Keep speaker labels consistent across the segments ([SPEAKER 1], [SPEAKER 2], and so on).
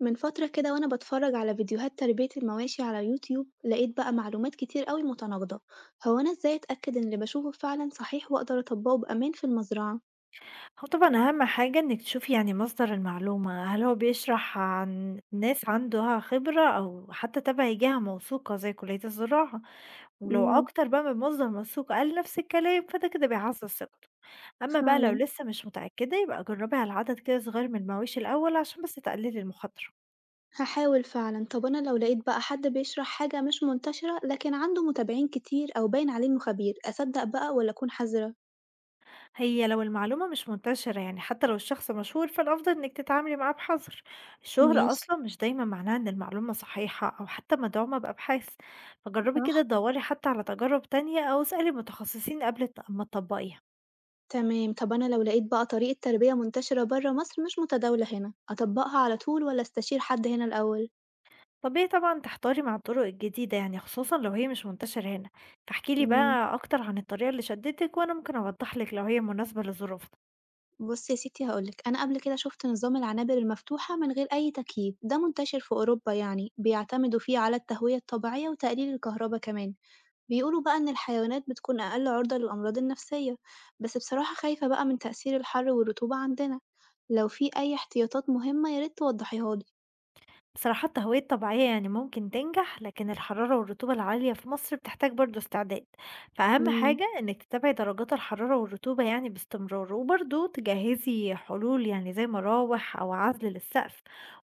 [SPEAKER 1] من فترة كده وأنا بتفرج على فيديوهات تربية المواشي على يوتيوب لقيت بقى معلومات كتير أوي متناقضة. هو أنا إزاي أتأكد إن اللي بشوفه فعلا صحيح وأقدر أطبقه بأمان في المزرعة؟
[SPEAKER 2] هو طبعًا أهم حاجة إنِّك تشوفي يعني مصدر المعلومة، هل هو بيشرح عن ناس عندها خبرة أو حتى تبع جهة موثوقة زي كلية الزراعة، ولو
[SPEAKER 1] مم.
[SPEAKER 2] أكتر بقى من مصدر موثوق قال نفس الكلام فده كده بيعزّز ثقته، أمّا بقى لو
[SPEAKER 1] فعلا.
[SPEAKER 2] لسه مش متأكدة يبقى جرّبي على عدد كده صغير من المواشي الأول عشان بس تقللي المخاطرة.
[SPEAKER 1] هحاول فعلا، طب أنا لو لقيت بقى حد بيشرح حاجة مش منتشرة لكن عنده متابعين كتير أو باين عليه إنه خبير، أصدق بقى ولا أكون حذرة؟
[SPEAKER 2] هي لو المعلومة مش منتشرة يعني حتى لو الشخص مشهور فالأفضل إنك تتعاملي معاه بحذر. الشهرة
[SPEAKER 1] ماشي.
[SPEAKER 2] أصلا مش دايما معناها إن المعلومة صحيحة أو حتى مدعومة بأبحاث. فجربي كده
[SPEAKER 1] صح.
[SPEAKER 2] تدوري حتى على تجارب تانية أو اسألي متخصصين قبل ما تطبقيها.
[SPEAKER 1] تمام. طب أنا لو لقيت بقى طريقة تربية منتشرة برا مصر مش متداولة هنا، أطبقها على طول ولا أستشير حد هنا الأول؟
[SPEAKER 2] طبيعي طبعا تحتاري مع الطرق الجديدة يعني خصوصا لو هي مش منتشرة هنا. فاحكيلي
[SPEAKER 1] مم.
[SPEAKER 2] بقى أكتر عن الطريقة اللي شدتك وأنا ممكن أوضحلك لو هي مناسبة لظروفك.
[SPEAKER 1] بُصّي يا ستي هاقول لِك، أنا قبل كده شُفت نظام العنابر المفتوحة من غير أي تكييف، ده منتشر في أوروبا يعني، بيعتمدوا فيه على التهوية الطبيعية وتقليل الكهربا كمان، بيقولوا بقى إن الحيوانات بتكون أقل عرضة للأمراض النفسية، بس بصراحة خايفة بقى من تأثير الحر والرطوبة عندنا. لو في أي احتياطات مهمة يا ريت توضحيها لي.
[SPEAKER 2] بصراحة التهوية الطبيعية يعني ممكن تنجح لكن الحرارة والرطوبة العالية في مصر بتحتاج برضو استعداد. فأهم
[SPEAKER 1] إمم.
[SPEAKER 2] حاجة إنك تتابعي درجات الحرارة والرطوبة يعني باستمرار وبرضو تجهزي حلول يعني زي مراوح أو عزل للسقف.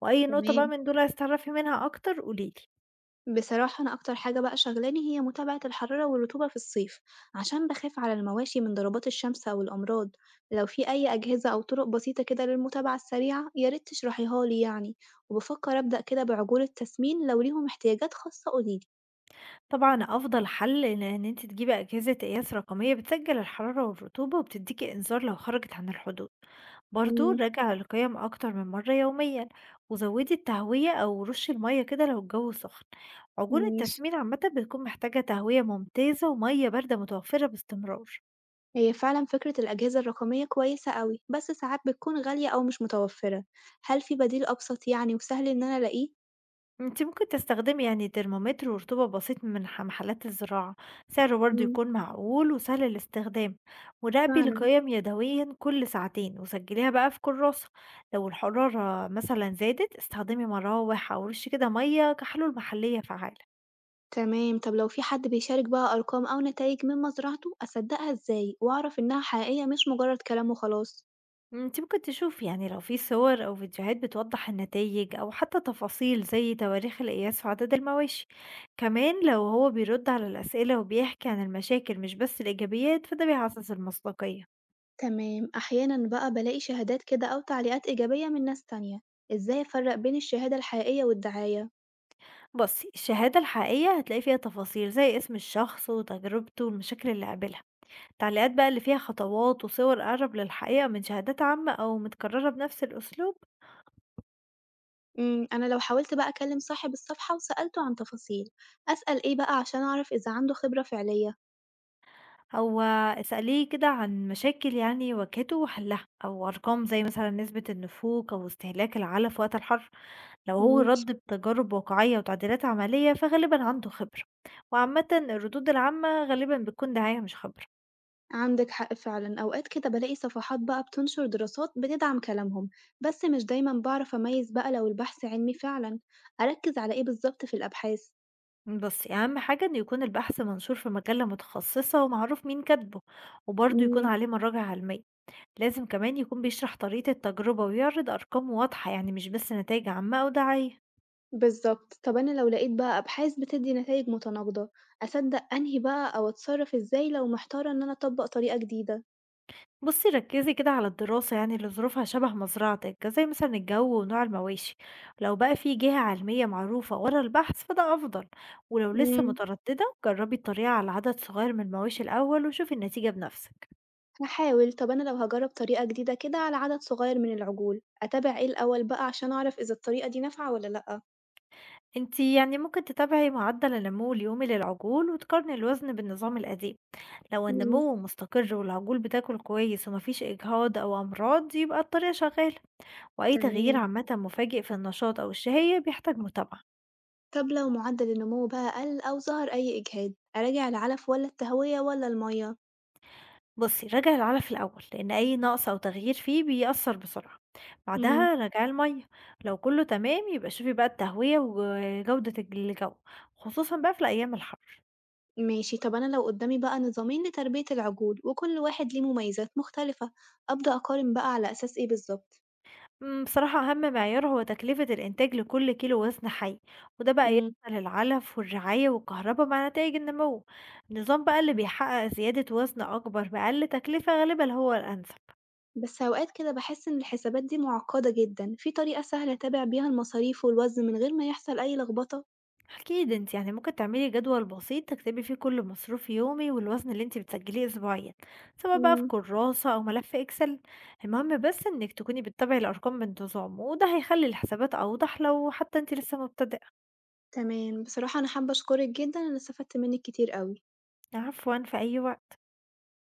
[SPEAKER 2] وأي نقطة بقى
[SPEAKER 1] تمام.
[SPEAKER 2] من دول عايز تعرفي منها أكتر قوليلي.
[SPEAKER 1] بصراحة أنا أكتر حاجة بقى شاغلاني هي متابعة الحرارة والرطوبة في الصيف، عشان بخاف على المواشي من ضربات الشمس أو الأمراض. لو في أي أجهزة أو طرق بسيطة كده للمتابعة السريعة ياريت تشرحيها لي يعني. وبفكر أبدأ كده بعجول التسمين، لو ليهم احتياجات خاصة قوليلي.
[SPEAKER 2] طبعًا أفضل حل إن أنتِ تجيبي أجهزة قياس رقمية بتسجل الحرارة والرطوبة وبتديكي إنذار لو خرجت عن الحدود، برضه
[SPEAKER 1] مم.
[SPEAKER 2] راجعي القيم أكتر من مرة يوميًا، وزودي التهوية أو رشي المَيّة كده لو الجو سخن، عجون
[SPEAKER 1] ماشي.
[SPEAKER 2] التسمين عامةً بتكون محتاجة تهوية ممتازة ومَيّة باردة متوفرة باستمرار.
[SPEAKER 1] هي فعلا فكرة الأجهزة الرقمية كويسة أوي، بس ساعات بتكون غالية أو مش متوفرة. هل في بديل أبسط يعني وسهل إن أنا ألاقيه؟
[SPEAKER 2] أنتِ ممكن تستخدمي يعني ترمومتر ورطوبة بسيط من محلات الزراعة، سعره برضه
[SPEAKER 1] مم.
[SPEAKER 2] يكون معقول وسهل الاستخدام، وراقبي
[SPEAKER 1] فعلا.
[SPEAKER 2] القيم يدويًا كل ساعتين وسجليها بقى في كراسة، لو الحرارة مثلًا زادت استخدمي مراوح أو رشي كده مَيّة كحلول محلية فعّالة.
[SPEAKER 1] تمام، طب لو في حد بيشارك بقى أرقام أو نتايج من مزرعته أصدقها إزاي وأعرف إنها حقيقية مش مجرد كلام وخلاص؟
[SPEAKER 2] أنتِ ممكن تشوفي يعني لو في صور أو فيديوهات بتوضح النتايج أو حتى تفاصيل زي تواريخ القياس وعدد المواشي، كمان لو هو بيرد على الأسئلة وبيحكي عن المشاكل مش بس الإيجابيات فده بيعزز المصداقية.
[SPEAKER 1] تمام. أحيانا بقى بلاقي شهادات كده أو تعليقات إيجابية من ناس تانية، إزاي أفرق بين الشهادة الحقيقية والدعاية؟
[SPEAKER 2] بُصّي، الشهادة الحقيقية هتلاقي فيها تفاصيل زي اسم الشخص وتجربته والمشاكل اللي قابلها، التعليقات بقى اللي فيها خطوات وصور أقرب للحقيقة من شهادات عامة أو متكررة بنفس الأسلوب،
[SPEAKER 1] أنا لو حاولت بقى أكلم صاحب الصفحة وسألته عن تفاصيل، أسأل إيه بقى عشان أعرف إذا عنده خبرة فعلية؟
[SPEAKER 2] أو اسأليه كده عن مشاكل يعني واجهته وحلها، أو أرقام زي مثلًا نسبة النفوك أو استهلاك العلف في وقت الحر، لو هو
[SPEAKER 1] ماشي.
[SPEAKER 2] رد بتجارب واقعية وتعديلات عملية فغالبًا عنده خبرة، وعامةً الردود العامة غالبًا بتكون دعاية مش خبرة.
[SPEAKER 1] عندك حق فعلا، أوقات كده بلاقي صفحات بقى بتنشر دراسات بتدعم كلامهم، بس مش دايما بعرف أميز بقى لو البحث علمي فعلا. أركز على إيه بالظبط في الأبحاث؟
[SPEAKER 2] بصي أهم حاجة إن يكون البحث منشور في مجلة متخصصة ومعروف مين كاتبه وبرضه يكون
[SPEAKER 1] مم.
[SPEAKER 2] عليه مراجع علمية. لازم كمان يكون بيشرح طريقة التجربة ويعرض أرقام واضحة يعني مش بس نتائج عامة أو دعاية.
[SPEAKER 1] بالظبط. طب أنا لو لقيت بقى أبحاث بتدي نتائج متناقضة، أصدق أنهي بقى أو أتصرف إزاي لو محتارة إن أنا أطبق طريقة جديدة؟
[SPEAKER 2] بصي ركزي كده على الدراسة يعني اللي ظروفها شبه مزرعتك زي مثلا الجو ونوع المواشي. لو بقى في جهة علمية معروفة ورا البحث فده أفضل. ولو لسه
[SPEAKER 1] مم.
[SPEAKER 2] مترددة جربي الطريقة على عدد صغير من المواشي الأول وشوفي النتيجة بنفسك.
[SPEAKER 1] هحاول. طب أنا لو هجرب طريقة جديدة كده على عدد صغير من العجول، أتابع إيه الأول بقى عشان أعرف إذا الطريقة دي نافعة ولا لأ؟
[SPEAKER 2] انت يعني ممكن تتابعي معدل النمو اليومي للعجول وتقارني الوزن بالنظام القديم. لو
[SPEAKER 1] مم.
[SPEAKER 2] النمو مستقر والعجول بتاكل كويس ومفيش إجهاض أو أمراض يبقى الطريقة شغالة. وأي تغيير
[SPEAKER 1] تمام.
[SPEAKER 2] عامة مفاجئ في النشاط أو الشهية بيحتاج متابعة.
[SPEAKER 1] طب لو معدل النمو بقى قل أو ظهر أي إجهاد، أراجع العلف ولا التهوية ولا المية؟
[SPEAKER 2] بصي راجعي العلف الأول لأن أي نقص أو تغيير فيه بيأثر بسرعة.
[SPEAKER 1] مم.
[SPEAKER 2] بعدها راجعي المية. لو كله تمام يبقى شوفي بقى التهوية وجودة الجو، خصوصا بقى في الأيام الحر.
[SPEAKER 1] ماشي. طب أنا لو قدامي بقى نظامين لتربية العجول وكل واحد ليه مميزات مختلفة، أبدأ أقارن بقى على أساس إيه بالظبط؟
[SPEAKER 2] بصراحة أهم معيار هو تكلفة الإنتاج لكل كيلو وزن حي، وده بقى
[SPEAKER 1] مم.
[SPEAKER 2] يشمل العلف والرعاية والكهرباء مع نتائج النمو. النظام بقى اللي بيحقق زيادة وزن أكبر بأقل تكلفة غالبا هو الأنسب.
[SPEAKER 1] بس أوقات كده بحس إن الحسابات دي معقدة جدا. في طريقة سهلة أتابع بيها المصاريف والوزن من غير ما يحصل أي لخبطة؟
[SPEAKER 2] أكيد انت يعني ممكن تعملي جدول بسيط تكتبي فيه كل مصروف يومي والوزن اللي انت بتسجليه أسبوعيا، سواء بقى في
[SPEAKER 1] مم.
[SPEAKER 2] كراسة أو ملف إكسل. المهم بس انك تكوني بتتابعي الأرقام بانتظام وده هيخلي الحسابات أوضح لو حتى انت لسه مبتدئة.
[SPEAKER 1] تمام. بصراحة أنا حابة أشكرك جدا، أنا استفدت منك كتير أوي.
[SPEAKER 2] عفوا، في أي وقت.